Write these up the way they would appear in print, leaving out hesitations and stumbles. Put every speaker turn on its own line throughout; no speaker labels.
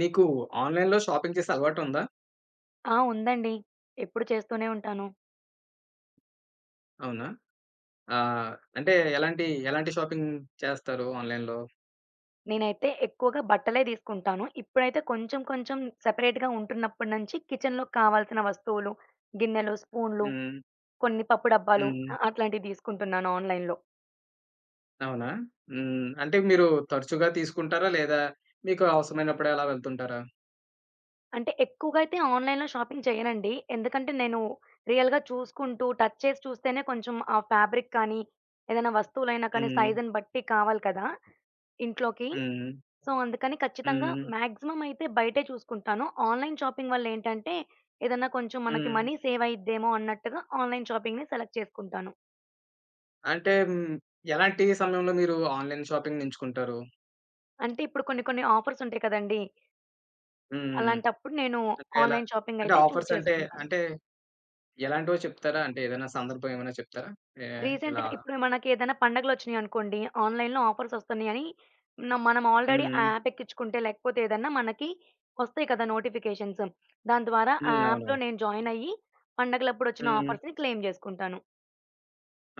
నీకు ఆన్‌లైన్‌లో షాపింగ్ చేసే అలవాటుందా?
ఆ! ఉందండి. ఎప్పుడు చేస్తూనే ఉంటాను.
అవునా? ఆహ్, అంటే ఎలాంటి షాపింగ్ చేస్తారు ఆన్‌లైన్‌లో?
నేనైతే ఎక్కువగా బట్టలే తీసుకుంటాను. ఇప్పుడైతే కొంచెం కొంచెం సెపరేట్‌గా ఉంటున్నప్పటి నుంచి కిచెన్‌లోకి కావాల్సిన వస్తువులు, గిన్నెలు, స్పూన్లు,
హ్మ్.
కొన్ని పప్పు డబ్బాలు
హ్మ్.
అట్లాంటివి తీసుకుంటున్నాను ఆన్‌లైన్‌లో.
అవునా? హ్మ్. అంటే మీరు తరచుగా తీసుకుంటారా? లేదా మీకు అవసరమైనప్పుడే అలా వెళ్తుంటారా?
అంటే ఎక్కువగా అయితే ఆన్‌లైన్‌లో షాపింగ్ చేయనండి. ఎందుకంటే నేను రియల్‌గా చూసుకుంటూ, టచ్ చేసి చూస్తేనే కొంచెం ఆ ఫ్యాబ్రిక్ కానీ, ఏదైనా వస్తువులైనా కానీ
హ్మ్.
సైజుని బట్టి కావాలి కదా! ఇంట్లోకి.
హ్మ్.
సో, అందుకని ఖచ్చితంగా
హ్మ్.
మాక్సిమం అయితే బయటే చూసుకుంటాను. ఆన్‌లైన్ షాపింగ్ వల్లేంటంటే, ఏదన్నా కొంచెం మనకి
హ్మ్.
మనీ సేవ్ అయిద్దేమో అన్నట్టుగా ఆన్‌లైన్ షాపింగ్‌ని సెలెక్ట్ చేసుకుంటాను.
అంటే ఎలాంటి సమయంలో మీరు ఆన్‌లైన్ షాపింగ్‌ని ఎంచుకుంటారు?
అంటే ఇప్పుడు కొన్ని కొన్ని ఆఫర్స్ ఉంటాయి కదండీ!
హ్మ్.
అలాంటప్పుడు నేను
అంటే ఎలా?
ఆన్‌లైన్ షాపింగ్
అంటే
అయితే చూజ్
ఆఫర్స్ అంటే,
చేసుకుంటాను.
అంటే ఎలాంటివో చెప్తారా? అంటే ఏదైనా సందర్భం ఏమైనా చెప్తారా? ఏ ఇలా.
రీసెంట్‌గా ఇప్పుడు మనకి ఏదైనా పండగలొచ్చినియనుకోండి, ఆన్‌లైన్‌లో ఆఫర్స్ వస్తున్నాయని మనం ఆల్రెడీ ఆ
హ్మ్.
యాప్ ఎక్కించుకుంటే లేకపోతే ఏదన్నా మనకి వస్తాయి కదా నోటిఫికేషన్స్. దాని ద్వారా ఆ
హ్మ్. అవునవును.
యాప్‌లో నేను జాయిన్ అయ్యి పండగలప్పుడొచ్చిన
హ్మ్.
ఆఫర్స్‌ని క్లెయిమ్ చేసుకుంటాను.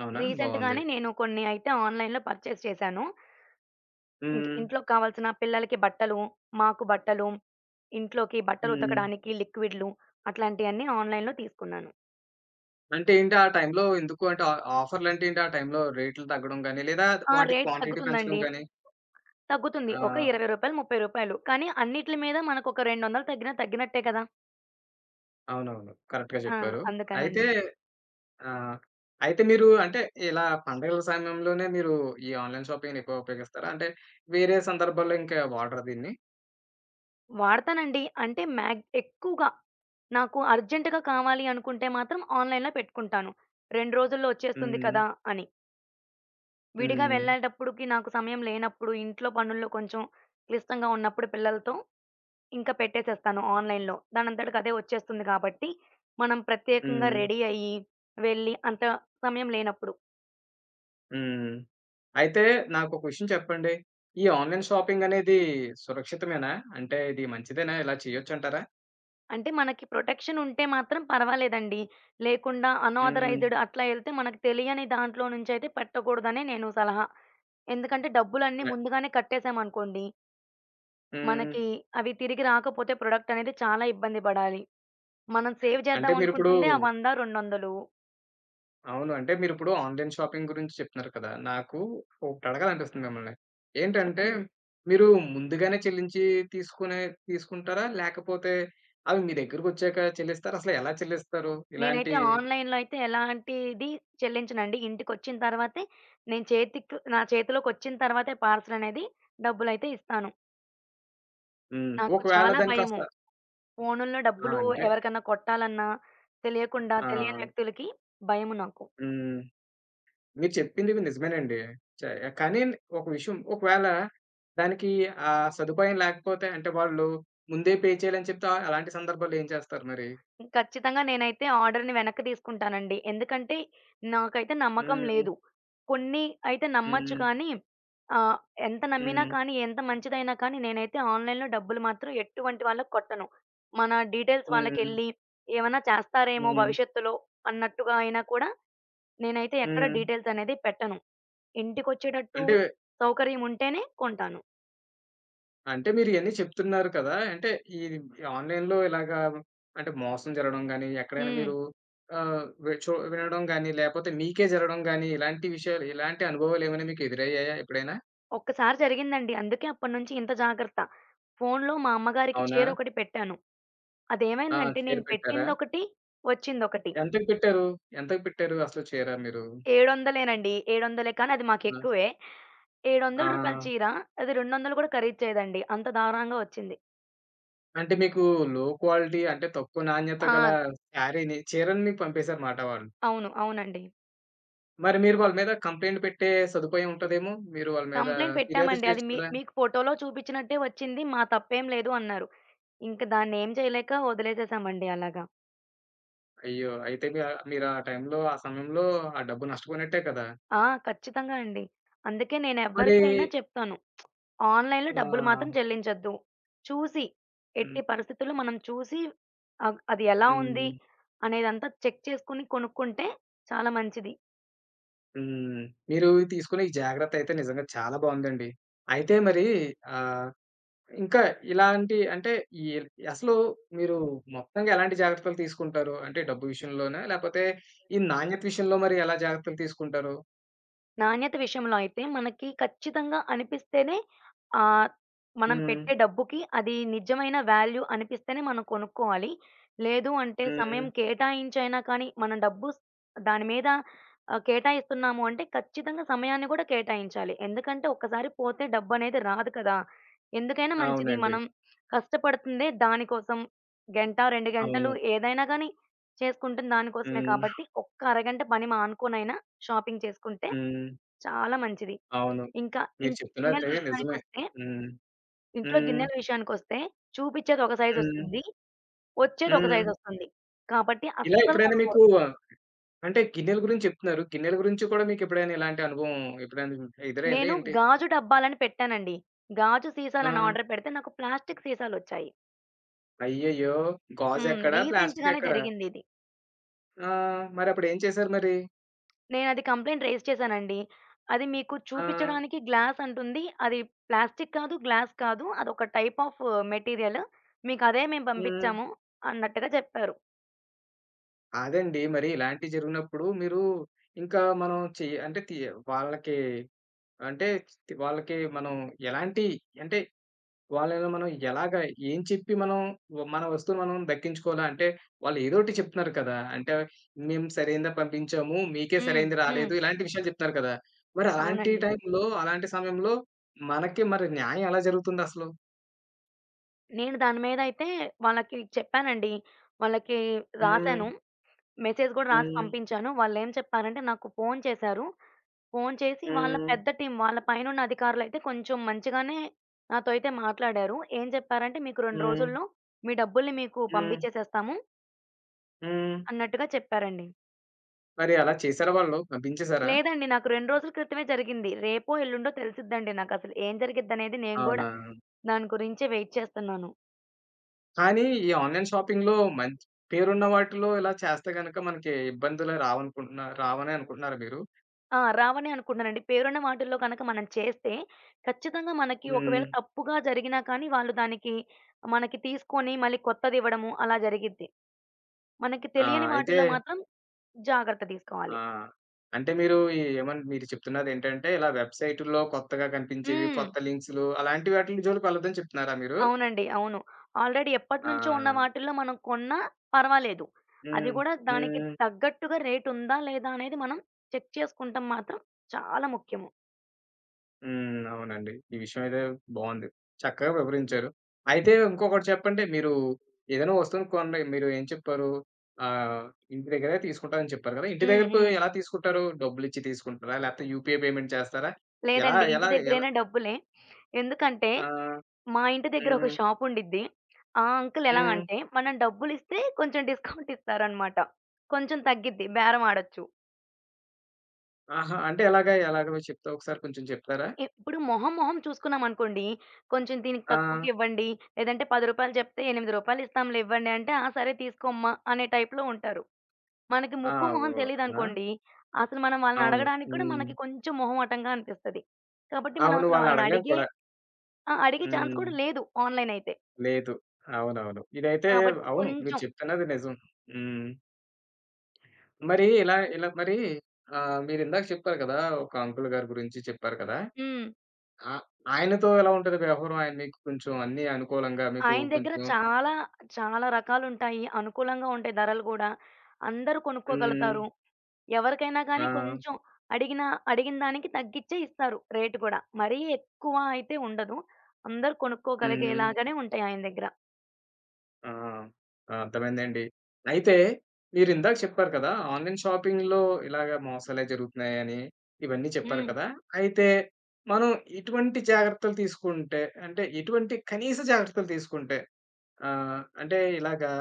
అవునా? బావుంది.
రీసెంట్‌గానే నేను కొన్ని అయితే ఆన్‌లైన్‌లో పర్చేస్ చేశాను.
హ్మ్.
ఇంట్లోకి కావాల్సిన పిల్లలకి బట్టలు, మాకు బట్టలు, ఇంట్లోకి బట్టలు
హ్మ్.
ఉతకడానికి లిక్విడ్‌లు అట్లాంటియన్నీ ఆన్‌లైన్‌లో తీసుకున్నాను.
అంటే ఏంటి ఆ టైంలో ఎందుకు అంటే ఆఫర్‌లంటే ఏంటి? ఆ టైంలో రేట్లు తగ్గడం గాని, లేదా
ఆ!
వాటి
రేట్
క్వాంటిటీ పెంచడం
తగ్గుతుందండి.
గాని.
తగ్గుతుంది. ఒక రూ.
ఆ!
20, రూ. 30 కానీ అన్నిట్లి మీద మనకొక 200 తగ్గినా తగ్గినట్టే కదా!
అవునవును. కరెక్ట్‌గా
ఆ!
చెప్పారు. అయితే
అందుకనండి.
ఆ! అయితే మీరు అంటే ఇలా పండగల సమయంలోనే మీరు ఈ ఆన్‌లైన్ షాపింగ్‌ని ఎక్కువ ఉపయోగిస్తారా? అంటే వేరే సందర్భాల్లో ఇంకా వాడరా దీన్ని?
వాడతానండి. అంటే ఎక్కువగా నాకు అర్జెంట్‌గా కావాలి అనుకుంటే మాత్రం ఆన్‌లైన్‌లో పెట్టుకుంటాను. 2 రోజుల్లో వచ్చేస్తుంది
హ్మ్.
కదా! అని. విడిగా
హ్మ్.
వెళ్ళేటప్పుడుకి నాకు సమయం లేనప్పుడు, ఇంట్లో పనుల్లో కొంచెం క్లిష్టంగా ఉన్నప్పుడు పిల్లలతో ఇంకా పెట్టేసేస్తాను ఆన్‌లైన్‌లో. దానంతటికి అదే వచ్చేస్తుంది కాబట్టి, మనం ప్రత్యేకంగా
హ్మ్.
రెడీ అయ్యి, వెళ్ళి అంత సమయం లేనప్పుడు.
హ్మ్. అయితే నాకొక విషయం చెప్పండి. ఈ ఆన్‌లైన్ షాపింగ్ అనేది సురక్షితమేనా? అంటే ఇది మంచిదేనా? ఇలా చేయొచ్చంటారా?
అంటే మనకి ప్రొటెక్షన్ ఉంటే మాత్రం పర్వాలేదండి. లేకుండా
హ్మ్.
అనాథరైజ్డ్ అట్లా ఎళ్తే మనకు తెలియని దాంట్లో నుంచయితే పెట్టకూడదనే నేను సలహా. ఎందుకంటే డబ్బులన్నీ
అ
ముందుగానే కట్టేసామనుకోండి,
హ్మ్.
మనకి అవి తిరిగి రాకపోతే ప్రొడక్ట్ అనేది చాలా ఇబ్బంది పడాలి. మనం సేవ్
అంటే
చేద్దాం
మీరిప్పుడు
అనుకుంటుందే ఆ 100, 200
అవును. అంటే మీరిప్పుడు ఆన్‌లైన్ షాపింగ్ గురించి చెప్తున్నారు కదా! నాకు ఒకటి అడగాలనిపిస్తుంది మిమ్మల్ని. ఏంటంటే
చెప్పండి.
మీరు ముందుగానే చెల్లించి తీసుకునే తీసుకుంటారా? లేకపోతే అవి మీ దగ్గరకొచ్చాక చెల్లిస్తారా? అసలు ఎలా చెల్లిస్తారు?
నేనైతే
ఇలాంటి.
ఆన్‌లైన్‌లో అయితే ఎలాంటిది చెల్లించనండి. ఇంటికొచ్చిన తర్వాతే నేను చేతికి నా చేతిలోకొచ్చిన తర్వాతే పార్సెల్ అనేది డబ్బులైతే ఇస్తాను.
హ్మ్.
నాకు
ఒకవేళ
చాలా
దాని కాస్త.
భయము. ఫోనుల్లో
ఆ!
డబ్బులు
అంటే.
ఎవరికన్నా కొట్టాలన్నా తెలియకుండా
ఆ!
తెలియని వ్యక్తులకి భయము నాకు.
హ్మ్. మీరు చెప్పిందివి నిజమేనండి. చ కానీ ఒక విషయం, ఒకవేళ దానికి ఆ సదుపాయం లేకపోతే అంటే వాళ్ళు ముందే పే చేయాలని చెప్తే అలాంటి సందర్భాల్లో ఏం చేస్తారు మరి?
ఖచ్చితంగా నేనైతే ఆర్డర్‌ని వెనక్కి తీసుకుంటానండి. ఎందుకంటే నాకైతే నమ్మకం
హ్మ్.
లేదు. కొన్ని అయితే నమ్మొచ్చు
హ్మ్.
కానీ ఆహ్, ఎంత నమ్మినా
హ్మ్.
కానీ, ఎంత మంచిదైనా కానీ నేనైతే ఆన్‌లైన్‌లో డబ్బులు మాత్రం ఎటువంటి వాళ్ళకి కొట్టను. మన డీటెయిల్స్
హ్మ్.
వాళ్ళకెళ్ళి ఏమన్నా చేస్తారేమో
హ్మ్.
భవిష్యత్తులో అన్నట్టుగా అయినా కూడా నేనైతే ఎక్కడ
హ్మ్.
డీటెయిల్స్ అనేది పెట్టను. ఇంటికొచ్చేటట్టు
అంటే,
సౌకర్యం ఉంటేనే కొంటాను.
అంటే మీరు ఇయన్నీ చెప్తున్నారు కదా! అంటే ఈ ఆన్‌లైన్‌లో ఇలాగా అంటే మోసం జరగడం గాని, ఎక్కడైనా
హ్మ్.
మీరు వి చు వినడం గాని, లేపోతే మీకే జరగడం గాని ఇలాంటి విషయాలు ఇలాంటి అనుభవాలేమైనా మీకు ఎదురయ్యాయా ఎప్పుడైనా?
ఒక్కసారి జరిగిందండి. అందుకే అప్పటినుంచి ఇంత జాగ్రత్త. ఫోనులో మా అమ్మగారికి
అవునా?
చీరొకటి పెట్టాను.
ఆ!
అదేమైందంటే
షేర్
నేను
పెట్టారా?
పెట్టిందొకటి, వచ్చిందొకటి.
ఎంతకు పెట్టారు? ఎంతకు పెట్టారు అసలు చీర మీరు?
700 700 కానీ అది
హ్మ్.
మాకెక్కువే. రూ.
ఆ!
700 చీర అది 200 కూడా ఖరీదు చేయదండి. అంత దారుణంగా వచ్చింది.
అంటే మీకు లో క్వాలిటీ అంటే తక్కువ నాణ్యత
ఆ!
గల శారీని చీరని మీకు పంపేసారన్నమాట వాళ్ళు.
అవును. అవునండి.
మరి మీరు వాళ్ళ మీద కంప్లెయింట్ పెట్టే సదుపాయం ఉంటదేమో? మీరు వాళ్ళ మీద
కంప్లెయింట్
ఫిర్యాదు
పెట్టామండి. అది
చేయొచ్చు
మీ
కదా!
మీకు ఫోటోలో చూపించినట్టే వచ్చింది. మా తప్పేం లేదు అన్నారు. ఇంక దాన్నేం చేయలేక వదిలేసేసామండి అలాగా.
అయ్యో! అయితే మీరు ఆ టైంలో, ఆ సమయంలో ఆ డబ్బు నష్టపోయినట్టే కదా!
ఆ! ఖచ్చితంగా అండి. అందుకే
మరి.
నేనెవ్వరికైనా చెప్తాను. ఆన్‌లైన్‌లో డబ్బులు
ఆ!
మాత్రం చెల్లించొద్దు. చూసి,
హ్మ్.
ఎట్టి పరిస్థితుల్లో మనం చూసి అది ఎలా ఉంది
హ్మ్.
అనేదంతా చెక్ చేసుకొని కొనుక్కుంటే చాలా మంచిది.
హ్మ్. మీరు తీసుకునే ఈ జాగ్రత్త అయితే నిజంగా చాలా బావుందండి. అయితే మరి ఆహ్ ఇంకా ఇలాంటి అంటే ఈ అసలు మీరు మొత్తంగా ఎలాంటి జాగ్రత్తలు తీసుకుంటారు? అంటే డబ్బు విషయంలోనా? లేపోతే ఈ నాణ్యత విషయంలో మరి ఎలా జాగ్రత్తలు తీసుకుంటారు?
నాణ్యత విషయంలో అయితే మనకి ఖచ్చితంగా అనిపిస్తేనే ఆహ్, మనం
హ్మ్.
పెట్టే డబ్బుకి అది నిజమైన వాల్యూ అనిపిస్తేనే మనం కొనుక్కోవాలి. లేదు అంటే
హ్మ్.
సమయం కేటాయించైనా కానీ మనం డబ్బు స్ దాని మీద కేటాయిస్తున్నాము అంటే ఖచ్చితంగా సమయాన్ని కూడా కేటాయించాలి. ఎందుకంటే ఒక్కసారి పోతే డబ్బనేది రాదు కదా! ఎందుకైనా మంచిది
అవునండి.
మనం కష్టపడుతుందే దానికోసం. గంట, 2 గంటలు
అవును.
ఏదైనా గానీ చేసుకుంటుంది దానికోసమే
హ్మ్.
కాబట్టి ఒక్క అరగంట పని మానుకోనైనా షాపింగ్ చేసుకుంటే
హ్మ్.
చాలా మంచిది.
అవును.
ఇంకా
మీరు
గిన్నెల
చెప్తున్నది నిజమే.
విషయానికొస్తే
హ్మ్.
ఇంట్లో
హ్మ్.
గిన్నెల విషయానికొస్తే చూపిచ్చేది ఒక
హ్మ్.
సైజొస్తుంది. వచ్చేది ఒక
హ్మ్.
సైజొస్తుంది. కాబట్టి
ఇలా
అస్సలు
ఎప్పుడైనా మీకు
కొనకూడదు.
అంటే గిన్నెల గురించి చెప్తున్నారు. గిన్నెల గురించి కూడా మీకెప్పుడైనా ఇలాంటి అనుభవం ఎప్పుడైనా ఎదురైందా
నేను
ఏంటి?
గాజు డబ్బాలని పెట్టానండి. గాజు
ఆ!
సీసాలని ఆర్డర్ పెడితే నాకు ప్లాస్టిక్ సీసాలొచ్చాయి.
అయ్యయ్యో!
హ్మ్.
గాజెక్కడ?
రీసెంట్‌గానే
ప్లాస్టికెక్కడ?
జరిగిందిది.
ఆ! మరప్పుడు ఏం చేశారు మరి?
నేనది కంప్లెయింట్ రైజ్ చేశానండి. అది మీకు
ఆ!
చూపిచ్చడానికి గ్లాస్ అంటుంది. అది ప్లాస్టిక్ కాదు, గ్లాస్ కాదు. అదొక టైప్ ఆఫ్ మెటీరియల్. మీకదే మేము
హ్మ్.
పంపిచ్చాము అన్నట్టుగా చెప్పారు.
అదండి. మరి ఇలాంటివి జరిగినప్పుడు మీరు ఇంకా మనం అంటే వాళ్ళకి అంటే వాళ్ళకి మనం ఎలాంటి అంటే వాళ్ళని మనం ఎలాగా ఏం చెప్పి మనం మన వస్తువులు మనం దక్కించుకోవాలా? అంటే వాళ్ళు ఏదో ఒకటి చెప్తున్నారు కదా! అంటే మేము సరైనదే పంపించాము. మీకే
హ్మ్.
సరైనది
హ్మ్.
రాలేదు. ఇలాంటి విషయాలు చెప్తున్నారు కదా! మరి అలాంటి
అవునండి.
టైంలో, అలాంటి సమయంలో మనకి మరి న్యాయం ఎలా జరుగుతుందసలు?
నేను దాని మీదయితే వాళ్ళకి చెప్పానండి. వాళ్ళకి
హ్మ్.
రాసాను. మెసేజ్ గూడా రాసి
హ్మ్.
పంపించాను. వాళ్ళేం చెప్పారంటే నాకు ఫోను చేశారు. ఫోను చేసి వాళ్ళ
హ్మ్.
పెద్ద టీమ్ వాళ్ళ పైనున్న అధికారులయితే కొంచెం మంచిగానే నాతో అయితే మాట్లాడారు. ఏం చెప్పారంటే "మీకు 2
హ్మ్.
రోజుల్లో మీ డబ్బుల్ని మీకు
హ్మ్.
పంపించేసేస్తాము"
హ్మ్.
అన్నట్టుగా చెప్పారండి.
మరి అలా చేసారా వాళ్ళు? పంపించేసారా?
లేదండి నాకు 2 రోజుల క్రితమే జరిగింది. రేపో, ఎల్లుండో తెలిసిద్దండి నాకసలు ఏం జరిగిద్దనేది నేను గూడా
అవునా?
దాని గురించే వెయిట్ చేస్తున్నాను.
కానీ ఈ ఆన్‌లైన్ షాపింగ్‌లో మంచి పేరున్న వాటిలో ఇలా చేస్తే గనక మనకి ఇబ్బందులు రావనే అనుకుంటున్నారా మీరు?
ఆ! రావనే అనుకుంటున్నానండి. పేరున్న వాటిల్లో గనక మనం చేస్తే, ఖచ్చితంగా మనకి
హ్మ్.
ఒకవేళ తప్పుగా జరిగినా కానీ, వాళ్ళు దానికి మనకి తీసుకొని మళ్ళీ కొత్తదివ్వడము అలా జరిగిద్ది. మనకి తెలియని
అయితే
వాటిల్లో మాత్రం జాగ్రత్త తీసుకోవాలి.
ఆ! అంటే మీరు ఈ ఏమన్ మీరు చెప్తున్నదేంటంటే ఇలా వెబ్‌సైటుల్లో కొత్తగా కనిపించేవి,
హ్మ్.
కొత్త లింక్స్‌లు అలాంటి వాటిలి జోలికి వెళ్ళొద్దని చెప్తున్నారా మీరు?
అవునండి. అవును. ఆల్రెడీ
ఆ!
ఎప్పటినుంచో ఉన్న వాటిల్లో మనం కొన్నా పర్వాలేదు. అది
హ్మ్.
గూడా దానికి
హ్మ్.
తగ్గట్టుగా రేటుందా? లేదా? అనేది మనం చెక్ చేసుకుంటం మాత్రం చాలా ముఖ్యము.
హ్మ్. అవునండి. ఈ విషయం అయితే బావుంది. చక్కగా వివరించారు. అయితే ఇంకొకటి చెప్పండి. మీరు ఏదైనా వస్తువుని కొనండి మీరు ఏం చెప్పారు? ఆహ్, ఇంటి దగ్గరే తీసుకుంటానని చెప్పారు కదా! ఇంటి
హ్మ్.
దగ్గరకు
హ్మ్.
ఎలా తీసుకుంటారు? డబ్బులిచ్చి తీసుకుంటారా? లేకపోతే యూపీఐ పేమెంట్ చేస్తారా? ఎలా
లేదండి. ఇంటి
ఎలా ఎలా
దగ్గరైనా డబ్బులే. ఎందుకంటే,
ఆ!
మా ఇంటి దగ్గర ఒక
హ్మ్.
షాప్ ఉండిద్ది. ఆ అంకుల్ ఎలా
హ్మ్.
అంటే, మనం డబ్బులిస్తే కొంచెం డిస్కౌంట్ ఇస్తారనమాట. కొంచెం తగ్గిద్ది. బేరం ఆడొచ్చు.
ఆహా! అంటే ఎలాగా? ఎలాగో ఒకసారి కొంచెం చెప్తారా?
ఇప్పుడు మొహం, మొహం చూసుకున్నామనుకోండి, కొంచెం దీనికి
ఆ!
తక్కువకివ్వండి, లేదంటే రూ. 10 చెప్తే రూ. 8 ఇస్తాంలే ఇవ్వండి అంటే, "ఆ! సరే తీసుకోమ్మా" అనే టైప్‌లో ఉంటారు. మనకి
ఆ!
ముక్కు, మొహం
ఓహ్! అలా.
తెలీదనుకోండి, అసలు మనం వాళ్ళని
అవును.
అడగడానికి కూడా
హ్మ్.
మనకి కొంచెం మొహమాటంగా అనిపిస్తది. కాబట్టి మనం
అవును.
అసలు వాళ్ళని
వాళ్ళనడగలేం
అడిగే
కూడా.
ఆ! అడిగే ఛాన్స్ కూడా
హ్మ్.
లేదు ఆన్‌లైన్ అయితే.
లేదు. అవునవును. ఇదైతే.
కాబట్టి
అవును. మీరు
కొంచెం
చెప్తున్నది నిజం. హ్మ్. మరి ఇలా ఇలా మరి మీరిందాక చెప్పారు కదా! ఒక అంకుల్ గారి గురించి చెప్పారు కదా!
హ్మ్.
ఆ ఆయనతో ఎలా ఉంటది వ్యవహారం? ఆయన మీకు కొంచెం అన్నీ అనుకూలంగా మీకు
ఆయన దగ్గర
కొంచెం.
చాలా, చాలా రకాలుంటాయి. అనుకూలంగా ఉంటాయి ధరలు గూడా. అందరూ
హ్మ్.
కొనుక్కోగలుగుతారు. ఎవరికైనా
ఆ!
గానీ కొంచెం అడిగిన అడిగిన దానికి తగ్గిచ్చే ఇస్తారు రేటు గూడా. మరీ ఎక్కువ అయితే ఉండదు. అందరూ
హ్మ్.
కొనుక్కోగలిగేలాగానే ఉంటాయి ఆయన దగ్గర.
ఆ! ఆ! అర్థమైందండి. అయితే మీరిందాక చెప్పారు కదా! ఆన్‌లైన్ షాపింగ్‌లో ఇలాగ మోసాలే జరుగుతున్నాయని, ఇవన్నీ చెప్పారు
హ్మ్.
కదా! అయితే మనం ఎటువంటి జాగ్రత్తలు తీసుకుంటే, అంటే ఎటువంటి కనీస జాగ్రత్తలు తీసుకుంటే అంటే ఇలాగా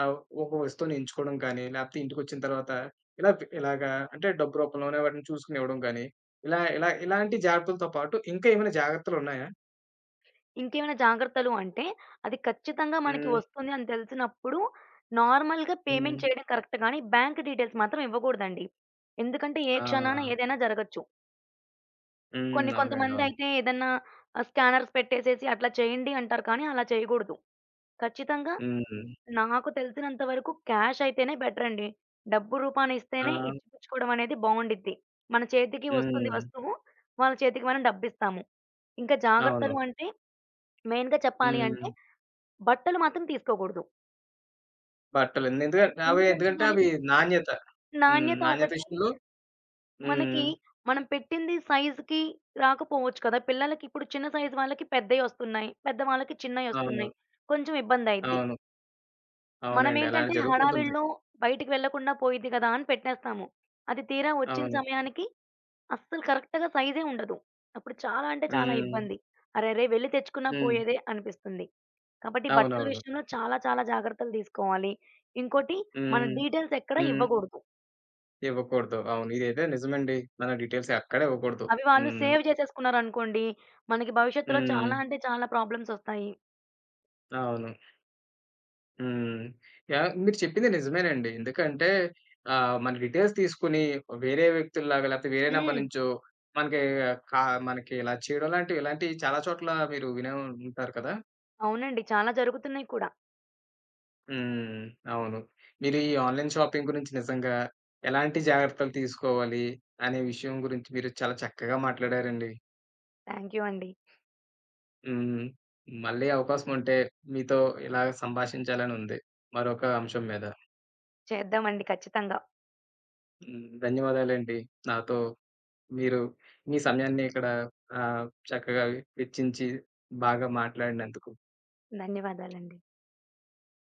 ఆహ్, ఒక వస్తువుని ఎంచుకోవడం కానీ, లేపోతే ఇంటికొచ్చిన తర్వాత ఇలా ఇలాగా అంటే డబ్బు రూపంలోనే వాటిని చూసుకొని ఇవ్వడం కానీ, ఇలా ఇలా ఇలాంటి జాగ్రత్తలతో పాటు ఇంకా ఏమైనా జాగ్రత్తలున్నాయా?
ఇంకేమైనా జాగ్రత్తలు అంటే, అది ఖచ్చితంగా మనకి
హ్మ్.
వస్తుంది అని తెలిసినప్పుడు నార్మల్‌గా
హ్మ్.
పేమెంట్ చేయడం కరెక్ట్ గానీ, బ్యాంక్ డీటెయిల్స్ మాత్రం ఇవ్వగూడదండి. ఎందుకంటే ఏ
ఆ!
క్షణాన ఏదైనా జరగొచ్చు.
హ్మ్.
కొన్ని
అవునండి. అవును.
కొంతమందయితే ఏదన్నా స్కానర్స్ పెట్టేసేసి అట్లా చేయండి అంటారు కానీ అలా చేయగూడదు. ఖచ్చితంగా
హ్మ్.
నాకు తెలిసినంత వరకు క్యాష్ అయితేనే బెటరండి. డబ్బు రూపాన
ఆ!
ఇస్తేనే ఇచ్చిపుచ్చుకోవడం అనేది బావుండిద్ది. మన చేతికి వస్తుంది
హ్మ్.
వస్తువు. వాళ్ళ చేతికి మనం డబ్బిస్తాము. ఇంకా
అవును.
జాగ్రత్తలు అంటే మెయిన్‌గా చెప్పాలి
హ్మ్.
అంటే బట్టలు మాత్రం తీసుకోకూడదు.
బట్టలండి. ఎందుకంటే అవి
ఎందుకంటే దాని
నాణ్యత. హ్మ్.
నాణ్యత
నాణ్యత
ఒకటి
విషయంలో.
మనకి
హ్మ్.
మనం పెట్టింది సైజ్‌కి రాకపోవచ్చు కదా! పిల్లలకి ఇప్పుడు చిన్న సైజ్ వాళ్ళకి పెద్దయి వస్తున్నాయి. పెద్ద వాళ్ళకి చిన్నయి
అవును.
వస్తున్నాయి. కొంచెం ఇబ్బందయిద్ది.
అవును. అవునండి. అలానే
మనమేంటంటే
జరుగుతుంటుంది.
హడావిడిలో బయటికి వెళ్ళకుండా పోయిద్ది కదా! అని పెట్టేస్తాము. అది తీరా వచ్చిన
అవును.
సమయానికి అస్సలు కరెక్ట్‌గా సైజే ఉండదు. అప్పుడు చాలా అంటే చాలా
హ్మ్.
ఇబ్బంది. అరెరే! వెళ్లి తెచ్చుకున్నా
హ్మ్.
పోయేదే అనిపిస్తుంది. కాబట్టి బట్టల
అవునవును.
విషయంలో చాలా చాలా జాగ్రత్తలు తీసుకోవాలి. ఇంకోటి మన
హ్మ్.
డీటెయిల్స్ ఎక్కడ
హ్మ్.
ఇవ్వకూడదు.
ఇవ్వకూడదు. అవును. ఇదైతే నిజమండి. మన డీటెయిల్స్ ఎక్కడ ఇవ్వకూడదు.
అవి వాళ్ళు
హ్మ్.
సేవ్ చేసేసుకున్నారనుకోండి, మనకి భవిష్యత్తులో
హ్మ్.
చాలా అంటే చాలా ప్రాబ్లమ్సొస్తాయి.
అవును. హ్మ్. యాహ్! మీరు చెప్పింది నిజమేనండి. ఎందుకంటే మన డీటెయిల్స్ తీసుకొని వేరే వ్యక్తుల్లాగా లేకపోతే వేరే నంబర్
హ్మ్.
నుంచో మనకి కా మనకి ఇలా చేయడం లాంటివి ఇలాంటివి చాలా చోట్ల మీరు వినే ఉంటారు కదా!
అవునండి. చాలా జరుగుతున్నాయి కూడా.
హ్మ్. అవును. మీరు ఈ ఆన్‌లైన్ షాపింగ్ గురించి నిజంగా ఎలాంటి జాగ్రత్తలు తీసుకోవాలి అనే విషయం గురించి మీరు చాలా చక్కగా మాట్లాడారండి.
థాంక్ యూ అండి.
హ్మ్. మళ్ళీ అవకాశం ఉంటే మీతో ఇలా సంభాషించాలని ఉంది. మరొక అంశం మీద.
చేద్దామండి ఖచ్చితంగా.
హ్మ్. ధన్యవాదాలండి. నాతో మీరు మీ సమయాన్ని ఇక్కడ ఆహ్, చక్కగా వెచ్చించి బాగా మాట్లాడినందుకు.
ధన్యవాదాలండి.